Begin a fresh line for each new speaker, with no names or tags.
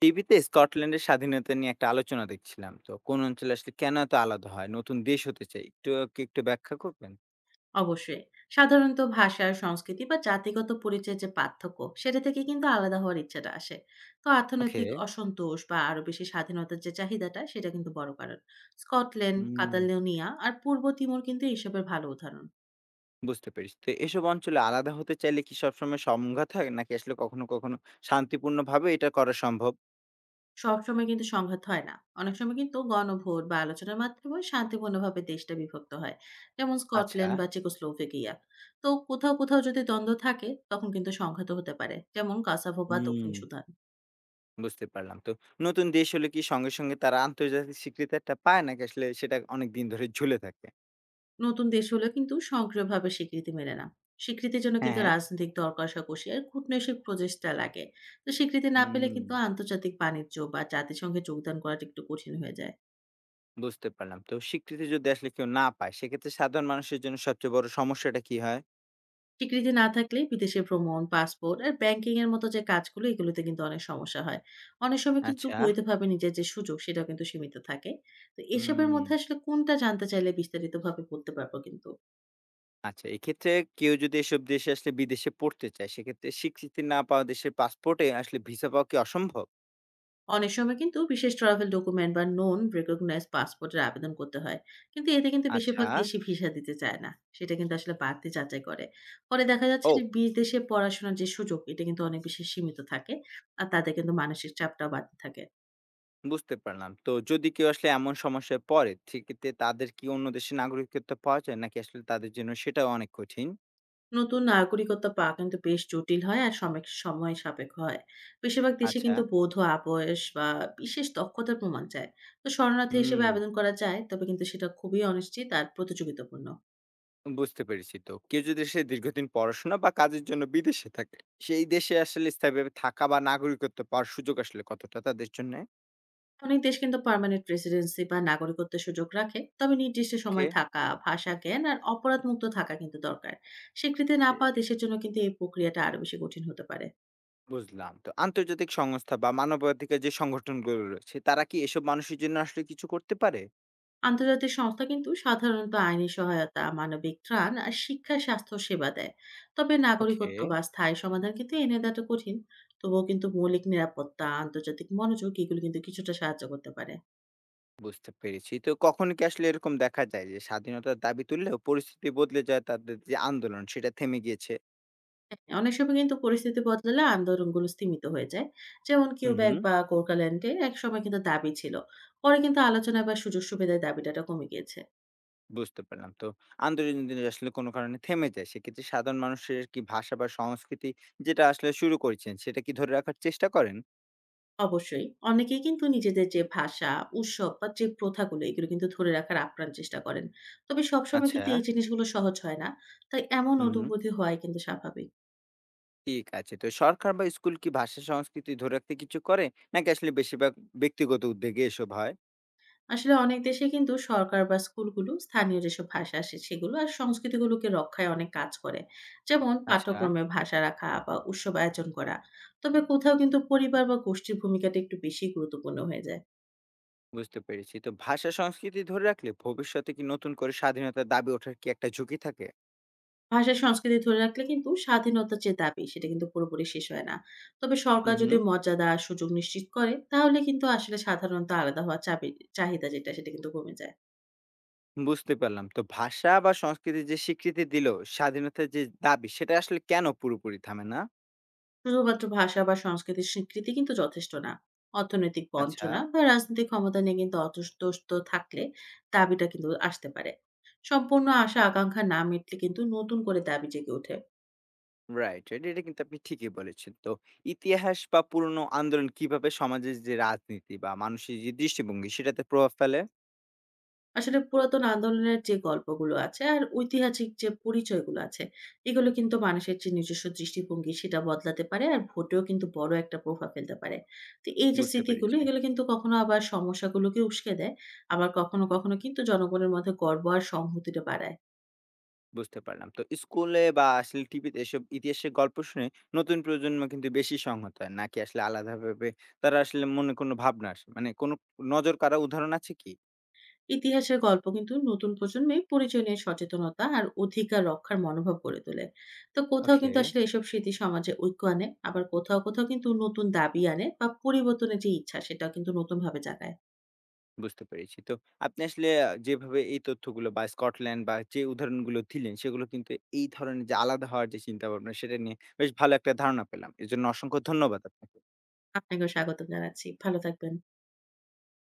টিভিতে স্কটল্যান্ডের স্বাধীনতা নিয়ে একটা আলোচনা দেখছিলাম। তো কোন অঞ্চলে আসলে কেন এত আলাদা হয়, নতুন দেশ হতে চাই, একটু কি একটু ব্যাখ্যা করবেন?
অবশ্যই। সাধারণত ভাষা, সংস্কৃতি বা জাতিগত পরিচয়ের যে পার্থক্য, সেটা থেকে কিন্তু আলাদা হওয়ার ইচ্ছাটা আসে। তো
ওকে।
অর্থনৈতিক অসন্তোষ বা আরো বেশি স্বাধীনতার যে চাহিদাটা, সেটা কিন্তু বড় কারণ। স্কটল্যান্ড,
হুম।
কাতালোনিয়া আর পূর্ব তিমুর কিন্তু এসবের ভালো উদাহরণ।
বুঝতে পেরেছি। তো এসব অঞ্চলে আলাদা হতে চাইলে কি সবসময় সংঘাত হয়, নাকি আসলে কখনো কখনো শান্তিপূর্ণ ভাবে এটা করা সম্ভব?
সবসময় কিন্তু সংঘাত হয় না। অনেক সময় কিন্তু গণভোট বা আলোচনার মাধ্যমে শান্তিপূর্ণভাবে দেশটা বিভক্ত হয়। যেমন
আচ্ছা।
স্কটল্যান্ড বা চেকোস্লোভাকিয়া। তো কোথাও যদি দ্বন্দ্ব থাকে, তখন কিন্তু সংঘাতও হতে পারে। যেমন কাসাভো বা দক্ষিণ
হুম।
সুদান।
বুঝতে পারলাম। তো নতুন দেশ হলে কি সঙ্গে সঙ্গে তারা আন্তর্জাতিক স্বীকৃতি একটা পায়, নাকি আসলে সেটা অনেক দিন ধরে ঝুলে থাকে?
নতুন দেশ হলেও কিন্তু সক্রিয়ভাবে স্বীকৃতি মেলে না। স্বীকৃতির জন্য
হ্যাঁ,
কিন্তু
হ্যাঁ।
রাজনৈতিক দর কষাকষি আর কূটনৈতিক প্রচেষ্টা লাগে। তো স্বীকৃতি না পেলে
হুম।
কিন্তু আন্তর্জাতিক বাণিজ্য বা জাতিসংঘে যোগদান করাটা একটু কঠিন হয়ে যায়।
বুঝতে পারলাম। তো স্বীকৃতি যদি আসলে কেউ না পায়, সেক্ষেত্রে সাধারণ মানুষের জন্য সবচেয়ে বড় সমস্যাটা কি হয়?
স্বীকৃতি না থাকলে বিদেশে ভ্রমণ, পাসপোর্ট আর ব্যাংকিং এর মতো যে কাজগুলো, এগুলোতে কিন্তু অনেক সমস্যা হয়। অনেক সময় কিন্তু
আচ্ছা।
বৈধভাবে নিজের যে সুযোগ, সেটাও কিন্তু সীমিত থাকে। তো এসবের
হুম।
মধ্যে আসলে কোনটা জানতে চাইলে বিস্তারিতভাবে বলতে পারবো কিন্তু।
আচ্ছা, এক্ষেত্রে কেউ যদি এসব দেশে আসলে বিদেশে পড়তে চায়, সেক্ষেত্রে স্বীকৃতি না পাওয়া দেশের পাসপোর্টে আসলে ভিসা পাওয়া কি অসম্ভব?
অনেক সময় কিন্তু বিশেষ ট্রাভেল ডকুমেন্ট বা নন রেকগনাইজড পাসপোর্টের আবেদন করতে হয়। কিন্তু এতে কিন্তু
আচ্ছা।
বেশিরভাগ দেশি ভিসা দিতে চায় না। সেটা কিন্তু আসলে বাড়তি যাচাই করে। ফলে দেখা যাচ্ছে
ও।
যে বিদেশে পড়াশোনার যে সুযোগ, এটা কিন্তু অনেক বেশি সীমিত থাকে। আর তাদের কিন্তু মানসিক চাপটাও বাড়তে থাকে।
বুঝতে পারলাম। তো যদি কেউ আসলে এমন সমস্যায় পড়ে, সেক্ষেত্রে তাদের কি অন্য দেশের নাগরিকত্ব পাওয়া যায়? নাকি আসলে তাদের জন্য সেটাও অনেক কঠিন?
নতুন নাগরিকত্ব পাওয়া কিন্তু বেশ জটিল হয় আর সময় সময় সাপেক্ষ হয়। বেশিরভাগ দেশে
আচ্ছা।
কিন্তু বৈধ আবয়স বা বিশেষ দক্ষতার প্রমাণ চায়। তো শরণার্থী
হুম।
হিসেবে আবেদন করা যায়, তবে কিন্তু সেটা খুবই অনিশ্চিত আর প্রতিযোগিতাপূর্ণ।
বুঝতে পেরেছি। তো কেউ যদি সে দীর্ঘদিন পড়াশোনা বা কাজের জন্য বিদেশে থাকে, সেই দেশে আসলে স্থায়ীভাবে থাকা বা নাগরিকত্ব পাওয়ার সুযোগ আসলে কতটা তাদের জন্যে?
অনেক দেশ কিন্তু পার্মানেন্ট রেসিডেন্সি বা নাগরিকত্বের সুযোগ রাখে, তবে নির্দিষ্ট
ওকে।
সময় থাকা, ভাষা জ্ঞান আর অপরাধ মুক্ত থাকা কিন্তু দরকার। স্বীকৃতি না
এ,
পাওয়া দেশের জন্য কিন্তু এই প্রক্রিয়াটা আরো বেশি কঠিন হতে পারে।
বুঝলাম। তো আন্তর্জাতিক সংস্থা বা মানবাধিকার যে সংগঠনগুলো রয়েছে, তারা কি এসব মানুষের জন্য আসলে কিছু করতে পারে?
আন্তর্জাতিক সংস্থা কিন্তু সাধারণত আইনি সহায়তা, মানবিক ত্রাণ আর শিক্ষা স্বাস্থ্য সেবা দেয়। তবে
ওকে।
নাগরিকত্ব বা স্থায়ী সমাধান কিন্তু এনে দেওয়াটা কঠিন। তবুও কিন্তু মৌলিক নিরাপত্তা, আন্তর্জাতিক মনোযোগ, এগুলো কিন্তু কিছুটা সাহায্য করতে পারে।
বুঝতে পেরেছি। তো কখনো কি আসলে এরকম দেখা যায় যে স্বাধীনতার দাবি তুললেও পরিস্থিতি বদলে যায়, তাদের যে আন্দোলন সেটা থেমে গিয়েছে?
হ্যাঁ, অনেক সময় কিন্তু পরিস্থিতি বদলালে আন্দোলনগুলো স্তীমিত হয়ে যায়। যেমন
হুম,
কিউবেক
হুম।
বা কোকাল্যান্ডে একসময় কিন্তু দাবি ছিল। পরে কিন্তু আলোচনা বা সুযোগ সুবিধার দাবিটাটা কমে গিয়েছে।
বুঝতে পারলাম। তো আন্দোলন যদি আসলে কোনো কারণে থেমে যায়, সেক্ষেত্রে সাধারণ মানুষের কি ভাষা বা সংস্কৃতি যেটা আসলে শুরু করেছেন, সেটা কি ধরে রাখার চেষ্টা করেন?
অবশ্যই অনেকেই কিন্তু নিজেদের যে ভাষা, উৎসব বা যে প্রথাগুলো, এগুলো কিন্তু ধরে রাখার আপ্রাণ চেষ্টা করেন। তবে সবসময়
আচ্ছা।
কিন্তু এই জিনিসগুলো সহজ হয় না। তাই এমন
হুম, হুম।
অনুভূতি হওয়াই কিন্তু স্বাভাবিক।
ঠিক আছে। তো সরকার বা স্কুল কি ভাষা সংস্কৃতি ধরে রাখতে কিছু করে? নাকি আসলে বেশিরভাগ ব্যক্তিগত উদ্যোগে এসব হয়?
আসলে অনেক দেশে কিন্তু সরকার বা স্কুলগুলো স্থানীয় যেসব ভাষা আছে সেগুলো আর সংস্কৃতিগুলোকে রক্ষায় অনেক কাজ করে। যেমন
আচ্ছা।
পাঠ্যক্রমে ভাষা রাখা বা উৎসব আয়োজন করা। তবে কোথাও কিন্তু পরিবার বা গোষ্ঠীর ভূমিকাটা একটু বেশি গুরুত্বপূর্ণ হয়ে যায়।
বুঝতে পেরেছি। তো ভাষা সংস্কৃতি ধরে রাখলে ভবিষ্যতে কি নতুন করে স্বাধীনতার দাবি ওঠার কি একটা ঝুঁকি থাকে?
ভাষা সংস্কৃতি ধরে রাখলে কিন্তু স্বাধীনতার যে দাবি, সেটা কিন্তু পুরোপুরি শেষ হয় না। তবে
হুম,
সরকার যদি
হুম।
মর্যাদা আর সুযোগ নিশ্চিত করে, তাহলে কিন্তু আসলে সাধারণত আলাদা হওয়ার চাহিদা যেটা, সেটা কিন্তু কমে যায়।
বুঝতে পারলাম। তো ভাষা বা সংস্কৃতির যে স্বীকৃতি দিল, স্বাধীনতার যে দাবি সেটা আসলে কেন পুরোপুরি থামে না?
শুধুমাত্র ভাষা বা সংস্কৃতির স্বীকৃতি কিন্তু যথেষ্ট না। অর্থনৈতিক
আচ্ছা।
বঞ্চনা বা রাজনৈতিক ক্ষমতা নিয়ে কিন্তু অসন্তুষ্ট থাকলে দাবিটা কিন্তু আসতে পারে। সম্পূর্ণ আশা আকাঙ্ক্ষা না মিটলে কিন্তু নতুন করে দাবি জেগে ওঠে।
Right, right. এটা কিন্তু আপনি ঠিকই বলেছেন। তো ইতিহাস বা পুরনো আন্দোলন কিভাবে সমাজের যে রাজনীতি বা মানুষের যে দৃষ্টিভঙ্গি সেটাতে প্রভাব ফেলে?
আসলে পুরাতন আন্দোলনের যে গল্পগুলো আছে আর ঐতিহাসিক যে পরিচয়গুলো আছে, এগুলো কিন্তু মানুষের যে নিজস্ব দৃষ্টিভঙ্গি সেটা বদলাতে পারে আর ভোটেও কিন্তু বড় একটা প্রভাব ফেলতে পারে। তো এই যে
বুঝতে
স্মৃতিগুলো,
পেরেছি।
এগুলো কিন্তু কখনো আবার সমস্যাগুলোকে উস্কে দেয়। আবার কখনো কখনো কিন্তু জনগণের মধ্যে গর্ব আর সংহতিটা বাড়ায়।
বুঝতে পারলাম। তো স্কুলে বা আসলে টিভিতে এসব ইতিহাসের গল্প শুনে নতুন প্রজন্ম কিন্তু বেশি সংহত হয়, নাকি আসলে আলাদাভাবে তারা আসলে মনে কোনো ভাবনা আসে? মানে কোনো নজর কাড়া উদাহরণ আছে কি?
ইতিহাসের গল্প কিন্তু নতুন প্রজন্মে পরিচয় নিয়ে সচেতনতা আর অধিকার রক্ষার মনোভাব গড়ে তোলে। তো কোথাও
ওকে।
কিন্তু আসলে এসব স্মৃতি সমাজে ঐক্য আনে, আবার কোথাও কোথাও কিন্তু নতুন দাবি আনে বা পরিবর্তনের যে ইচ্ছা সেটা কিন্তু নতুন ভাবে জাগায়।
বুঝতে পেরেছি। তো আপনি আসলে যেভাবে এই তথ্যগুলো বা স্কটল্যান্ড বা যে উদাহরণগুলো দিলেন, সেগুলো কিন্তু এই ধরনের যে আলাদা হওয়ার যে চিন্তাভাবনা, সেটা নিয়ে বেশ ভালো একটা ধারণা পেলাম। এজন্য অসংখ্য ধন্যবাদ আপনাকে।
আপনাকেও স্বাগত জানাচ্ছি, ভালো থাকবেন।